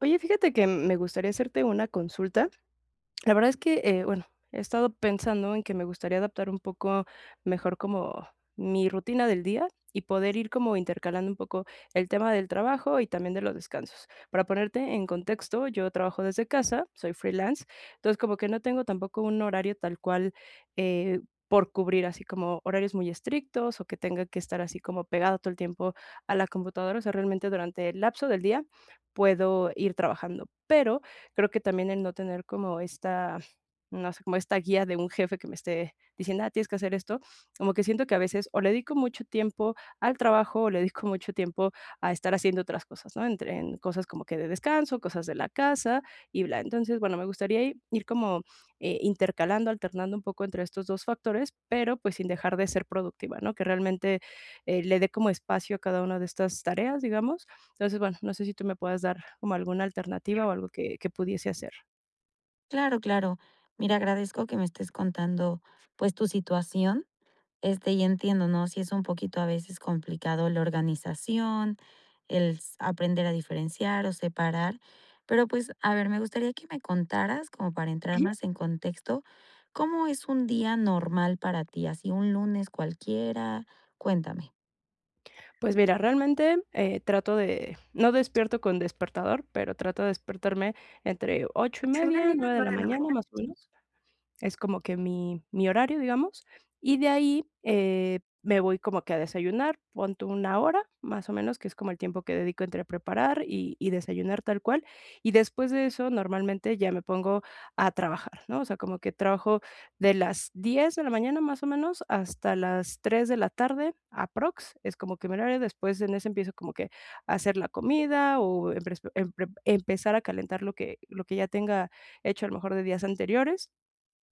Oye, fíjate que me gustaría hacerte una consulta. La verdad es que, bueno, he estado pensando en que me gustaría adaptar un poco mejor como mi rutina del día y poder ir como intercalando un poco el tema del trabajo y también de los descansos. Para ponerte en contexto, yo trabajo desde casa, soy freelance, entonces como que no tengo tampoco un horario tal cual eh, por cubrir, así como horarios muy estrictos o que tenga que estar así como pegado todo el tiempo a la computadora. O sea, realmente durante el lapso del día puedo ir trabajando, pero creo que también el no tener como esta, no sé, como esta guía de un jefe que me esté diciendo: "Ah, tienes que hacer esto", como que siento que a veces o le dedico mucho tiempo al trabajo, o le dedico mucho tiempo a estar haciendo otras cosas, ¿no? Entre en cosas como que de descanso, cosas de la casa y bla. Entonces, bueno, me gustaría i ir como, intercalando, alternando un poco entre estos 2 factores, pero, pues, sin dejar de ser productiva, ¿no? Que realmente, le dé como espacio a cada una de estas tareas, digamos. Entonces, bueno, no sé si tú me puedas dar como alguna alternativa o algo que pudiese hacer. Claro, claro. Mira, agradezco que me estés contando, pues, tu situación, y entiendo, ¿no? Si es un poquito a veces complicado la organización, aprender a diferenciar o separar, pero pues, a ver, me gustaría que me contaras, como para entrar Ujú. más en contexto, ¿cómo es un día normal para ti? Así un lunes cualquiera, cuéntame. Pues mira, realmente, trato de no despierto con despertador, pero trato de despertarme entre ocho y Ocho y media, media, 9 de la nueve de la mañana, mañana. más o menos. Es como que mi horario, digamos, y de ahí, me voy como que a desayunar, pon una hora, más o menos, que es como el tiempo que dedico entre preparar y desayunar tal cual, y después de eso, normalmente ya me pongo a trabajar, ¿no? O sea, como que trabajo de las 10 de la mañana, más o menos, hasta las 3 de la tarde, aprox, es como que mi horario, después en ese empiezo como que a hacer la comida o empezar a calentar lo que ya tenga hecho a lo mejor de días anteriores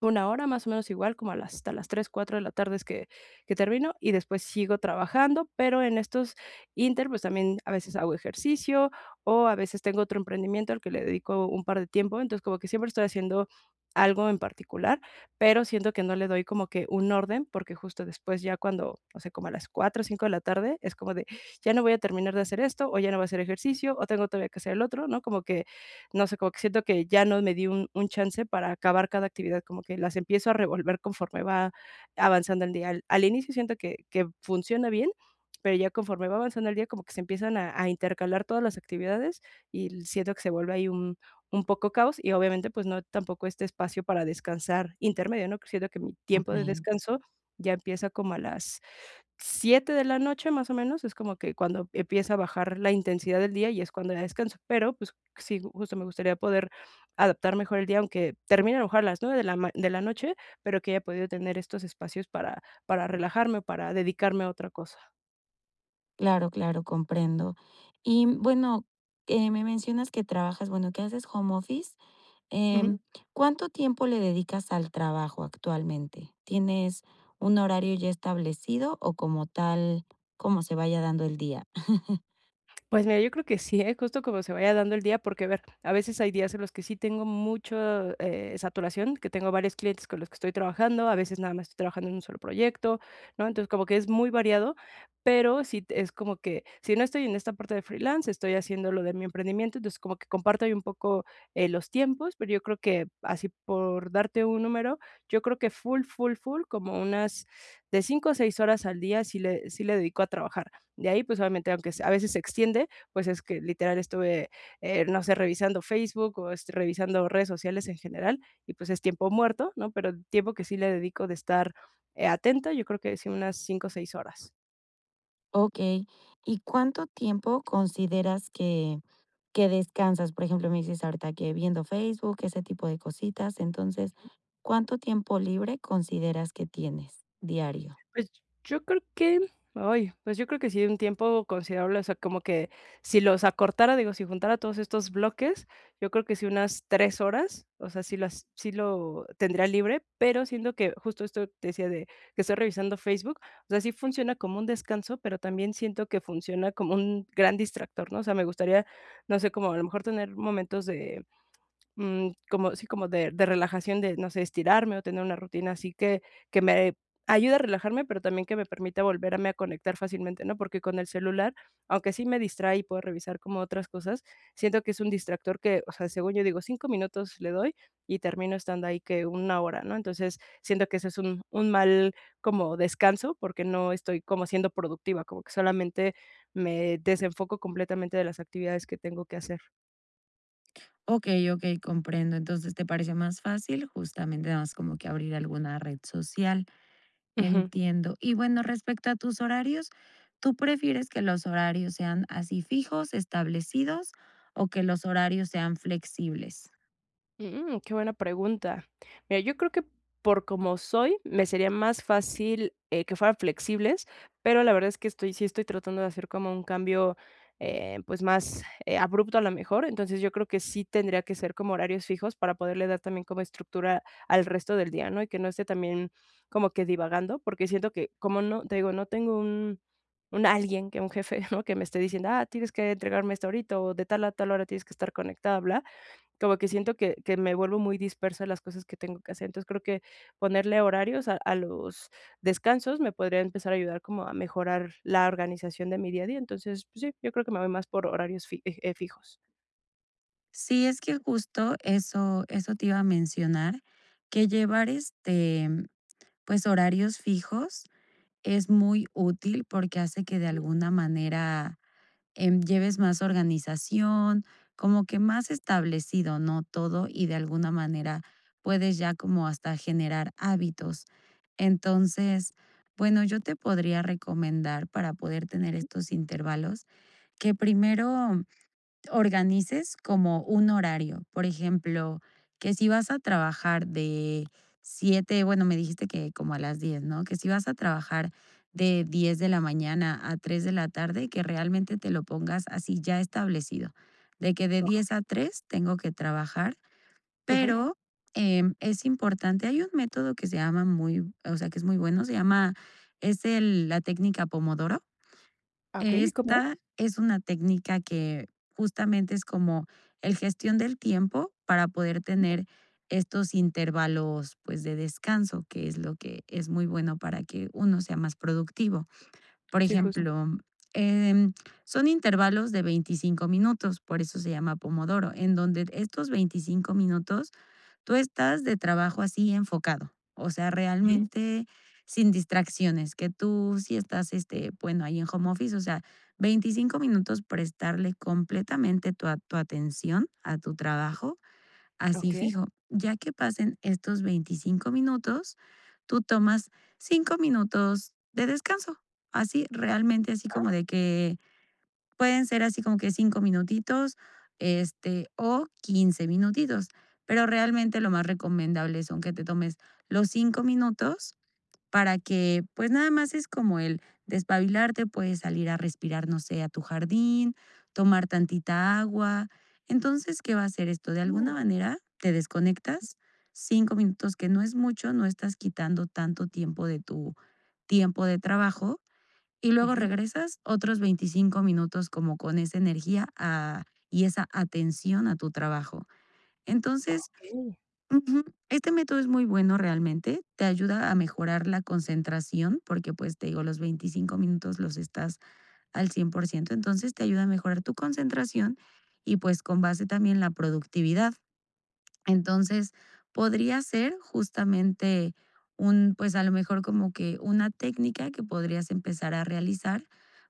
una hora, más o menos igual, como a las hasta las 3 4 de la tarde es que termino, y después sigo trabajando, pero en estos ínter, pues, también a veces hago ejercicio, o a veces tengo otro emprendimiento al que le dedico un par de tiempo, entonces, como que siempre estoy haciendo algo en particular, pero siento que no le doy como que un orden, porque justo después ya cuando, no sé, como a las 4 o 5 de la tarde, es como de, ya no voy a terminar de hacer esto, o ya no voy a hacer ejercicio, o tengo todavía que hacer el otro, ¿no? Como que no sé, como que siento que ya no me di un chance para acabar cada actividad, como que las empiezo a revolver conforme va avanzando el día. Al inicio siento que funciona bien, pero ya conforme va avanzando el día, como que se empiezan a intercalar todas las actividades y siento que se vuelve ahí un poco caos y obviamente, pues, no tampoco este espacio para descansar intermedio, ¿no? Siento que mi Ok, tiempo de descanso ya empieza como a las 7 de la noche, más o menos, es como que cuando empieza a bajar la intensidad del día y es cuando ya descanso, pero, pues, sí, justo me gustaría poder adaptar mejor el día, aunque termine a lo mejor a las 9 de la ma de la noche, pero que haya podido tener estos espacios para relajarme, para dedicarme a otra cosa. claro, claro, comprendo. Y bueno, me mencionas que trabajas, bueno, que haces home office. Em, ¿Cuánto tiempo le dedicas al trabajo actualmente? ¿Tienes un horario ya establecido o como tal, como se vaya dando el día? Pues mira, yo creo que sí, ¿eh? Justo como se vaya dando el día, porque a ver, a veces hay días en los que sí tengo mucha saturación, que tengo varios clientes con los que estoy trabajando, a veces nada más estoy trabajando en un solo proyecto, ¿no? Entonces como que es muy variado, pero es como que si no estoy en esta parte de freelance, estoy haciendo lo de mi emprendimiento, entonces como que comparto ahí un poco los tiempos, pero yo creo que así por darte un número, yo creo que full, full, full, como unas de 5 o 6 horas al día sí le dedico a trabajar. De ahí, pues, obviamente, aunque a veces se extiende, pues, es que literal estuve, no sé, revisando Facebook o, revisando redes sociales en general y, pues, es tiempo muerto, ¿no? Pero tiempo que sí le dedico de estar, atenta, yo creo que sí unas 5 o 6 horas. Ok, ¿y cuánto tiempo consideras que descansas? Por ejemplo, me dices ahorita que viendo Facebook, ese tipo de cositas. Entonces, ¿cuánto tiempo libre consideras que tienes diario? Pues, yo creo que ay, pues, yo creo que sí, un tiempo considerable, o sea, como que si los acortara, digo, si juntara todos estos bloques, yo creo que sí unas 3 horas, o sea, sí lo tendría libre, pero siento que justo esto que te decía de que estoy revisando Facebook, o sea, sí funciona como un descanso, pero también siento que funciona como un gran distractor, ¿no? O sea, me gustaría, no sé, como a lo mejor tener momentos de como sí, como de relajación, de, no sé, estirarme o tener una rutina así que me ayude a relajarme, pero también que me permita volverme a conectar fácilmente, ¿no? Porque con el celular, aunque sí me distrae y puedo revisar como otras cosas, siento que es un distractor que, o sea, según yo digo, 5 minutos le doy y termino estando ahí que una hora, ¿no? Entonces, siento que ese es un mal como descanso, porque no estoy como siendo productiva, como que solamente me desenfoco completamente de las actividades que tengo que hacer. Ok, ok, comprendo. Entonces, ¿te parece más fácil justamente nada más como que abrir alguna red social? Ujú. Entiendo. Y bueno, respecto a tus horarios, ¿tú prefieres que los horarios sean así fijos, establecidos, o que los horarios sean flexibles? Mm, qué buena pregunta. Mira, yo creo que por como soy, me sería más fácil, que fueran flexibles, pero la verdad es que estoy sí estoy tratando de hacer como un cambio, pues, más, abrupto a lo mejor. Entonces, yo creo que sí tendría que ser como horarios fijos para poderle dar también como estructura al resto del día, ¿no? Y que no esté también como que divagando, porque siento que como no te digo, no tengo un alguien que un jefe, ¿no? Que me esté diciendo: "Ah, tienes que entregarme esto ahorita", o "de tal a tal hora tienes que estar conectada", bla. Como que siento que me vuelvo muy dispersa en las cosas que tengo que hacer. Entonces, creo que ponerle horarios a los descansos me podría empezar a ayudar como a mejorar la organización de mi día a día. Entonces, pues sí, yo creo que me voy más por horarios fi fijos. Sí, es que justo eso, eso te iba a mencionar, que llevar pues horarios fijos es muy útil porque hace que de Ujú. alguna manera lleves más organización, como que más establecido, ¿no? Todo y de alguna manera puedes ya como hasta generar hábitos. Entonces, bueno, yo te podría recomendar para poder tener Ujú. estos intervalos que primero organices como un horario. Por ejemplo, que si vas a trabajar de 7, bueno, me dijiste que como a las 10, ¿no? Que si vas a trabajar de 10 de la mañana a 3 de la tarde, que realmente te lo pongas así ya establecido, de que de diez Okey. a tres tengo que trabajar, Ujú. pero es importante, hay un método que se llama muy, o sea, que es muy bueno, se llama, es la técnica Pomodoro. Ah, okey, ¿y cómo es? Esta es una técnica que justamente es como el gestión del tiempo para poder Ujú. tener estos intervalos, pues, de descanso, que es lo que es muy bueno para que uno sea más productivo. Por Sí, justo. ejemplo, em, son intervalos de 25 minutos, por eso se llama pomodoro, en donde estos 25 minutos tú estás de trabajo así enfocado, o sea, Ujú. realmente sin distracciones, que tú sí estás, este, bueno, ahí en home office, o sea, 25 minutos prestarle completamente tu atención a tu trabajo, así Okey. fijo. Ya que pasen estos 25 minutos, tú tomas 5 minutos de descanso, así realmente, así como de que pueden ser así como que 5 minutitos, o 15 minutitos, pero realmente lo más recomendable son que te tomes los 5 minutos para que, pues, nada más es como el despabilarte, puedes salir a respirar, no sé, a tu jardín, tomar tantita agua. Entonces, ¿qué va a hacer esto? De alguna Mm. manera te desconectas 5 minutos, que no es mucho, no estás quitando tanto tiempo de tu tiempo de trabajo y luego Ujú. regresas otros 25 minutos como con esa energía a y esa atención a tu trabajo. Entonces, ujú, este método es muy bueno realmente, te ayuda a mejorar la concentración, porque, pues, te digo, los 25 minutos los estás al 100%, entonces te ayuda a mejorar tu concentración y, pues, con base también la productividad. Entonces, podría ser justamente un, pues, a lo mejor como que una técnica que podrías empezar a realizar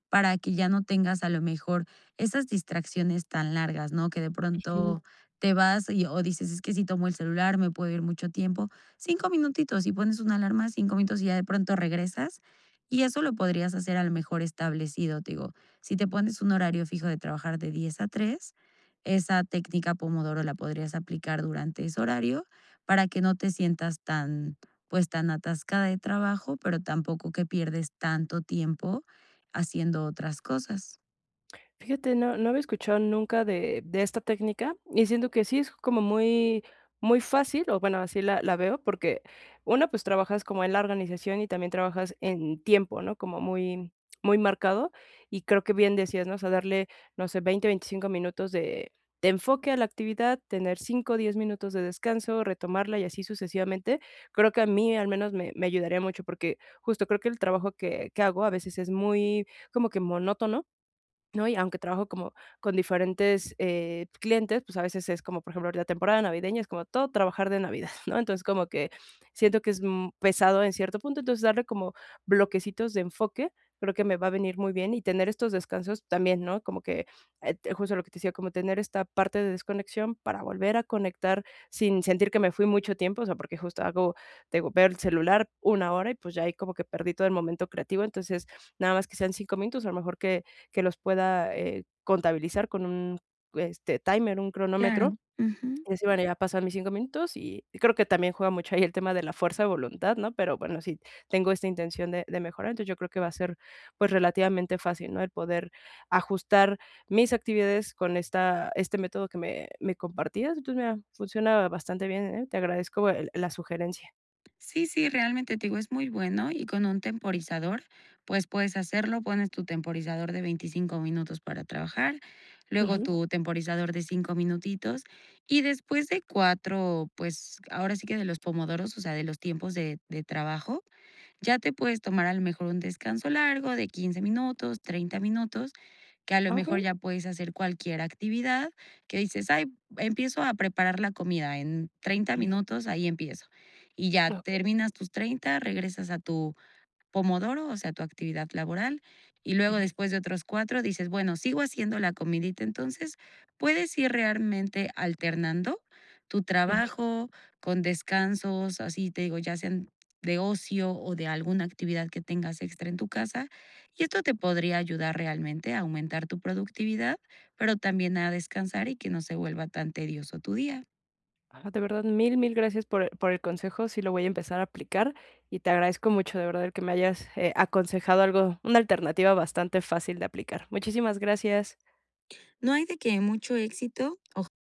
para que ya no tengas a lo mejor esas distracciones tan largas, ¿no? Que de Okey. pronto te vas y, o dices, es que si tomo el celular me puedo ir mucho tiempo. 5 minutitos y pones una alarma, 5 minutos y ya de pronto regresas. Y eso lo podrías hacer a lo mejor establecido, te digo. Si te pones un horario fijo de trabajar de 10 a 3, esa técnica Pomodoro la podrías aplicar durante ese horario para que no te sientas tan, pues tan atascada de trabajo, pero tampoco que pierdes tanto tiempo haciendo otras cosas. Fíjate, no, no había escuchado nunca de esta técnica y siento que sí es como muy, muy fácil, o bueno, así la veo, porque uno, pues trabajas como en la organización y también trabajas en tiempo, ¿no? Como muy, muy marcado y creo que bien decías, ¿no? O sea, darle, no sé, 20 25 minutos de enfoque a la actividad, tener 5 10 minutos de descanso, retomarla y así sucesivamente. Creo que a mí al menos me ayudaría mucho porque justo creo que el trabajo que hago a veces es muy como que monótono, ¿no? Y aunque trabajo como con diferentes, clientes, pues, a veces es como, por ejemplo, la temporada navideña, es como todo trabajar de Navidad, ¿no? Entonces, como que siento que es, pesado en cierto punto, entonces, darle como bloquecitos de enfoque, creo que me va a venir muy bien y tener estos descansos también, ¿no? Como que, justo lo que te decía, como tener esta parte de desconexión para volver a conectar sin sentir que me fui mucho tiempo, o sea, porque justo hago, te digo, veo el celular una hora y, pues, ya ahí como que perdí todo el momento creativo, entonces, nada más que sean 5 minutos, a lo mejor que los pueda, contabilizar con un, timer, un cronómetro, Claro. Ujú. y decir, bueno, ya pasan mis 5 minutos, y creo que también juega mucho ahí el tema de la fuerza de voluntad, ¿no? Pero bueno, si tengo esta intención de mejorar, entonces yo creo que va a ser, pues, relativamente fácil, ¿no? El poder ajustar mis actividades con esta este método que me compartías. Entonces, mira, funciona bastante bien, ¿eh? Te agradezco el la sugerencia. Sí, sí, realmente te digo, es muy bueno y con un temporizador, pues puedes hacerlo, pones tu temporizador de 25 minutos para trabajar, luego Ujú. tu temporizador de 5 minutitos y después de cuatro, pues ahora sí que de los pomodoros, o sea, de los tiempos de trabajo, ya te puedes tomar a lo mejor un descanso largo de 15 minutos, 30 minutos, que a lo Ah, mejor okey. ya puedes hacer cualquier actividad, que dices, ay, empiezo a preparar la comida en treinta Ujú. minutos, ahí empiezo. Y ya Okey. terminas tus treinta, regresas a tu Pomodoro, o sea, tu actividad laboral, y luego después de otros cuatro dices, bueno, sigo haciendo la comidita, entonces puedes ir realmente alternando tu Ujú. trabajo con descansos, así te digo, ya sean de ocio o de alguna actividad que tengas extra en tu casa, y esto te podría ayudar realmente a aumentar tu productividad, pero también a descansar y que no se vuelva tan tedioso tu día. Ah, de verdad, mil, mil gracias por el consejo. Sí lo voy a empezar a aplicar y te agradezco mucho, de verdad, el que me hayas aconsejado algo, una alternativa bastante fácil de aplicar. Muchísimas gracias. No hay de que mucho éxito.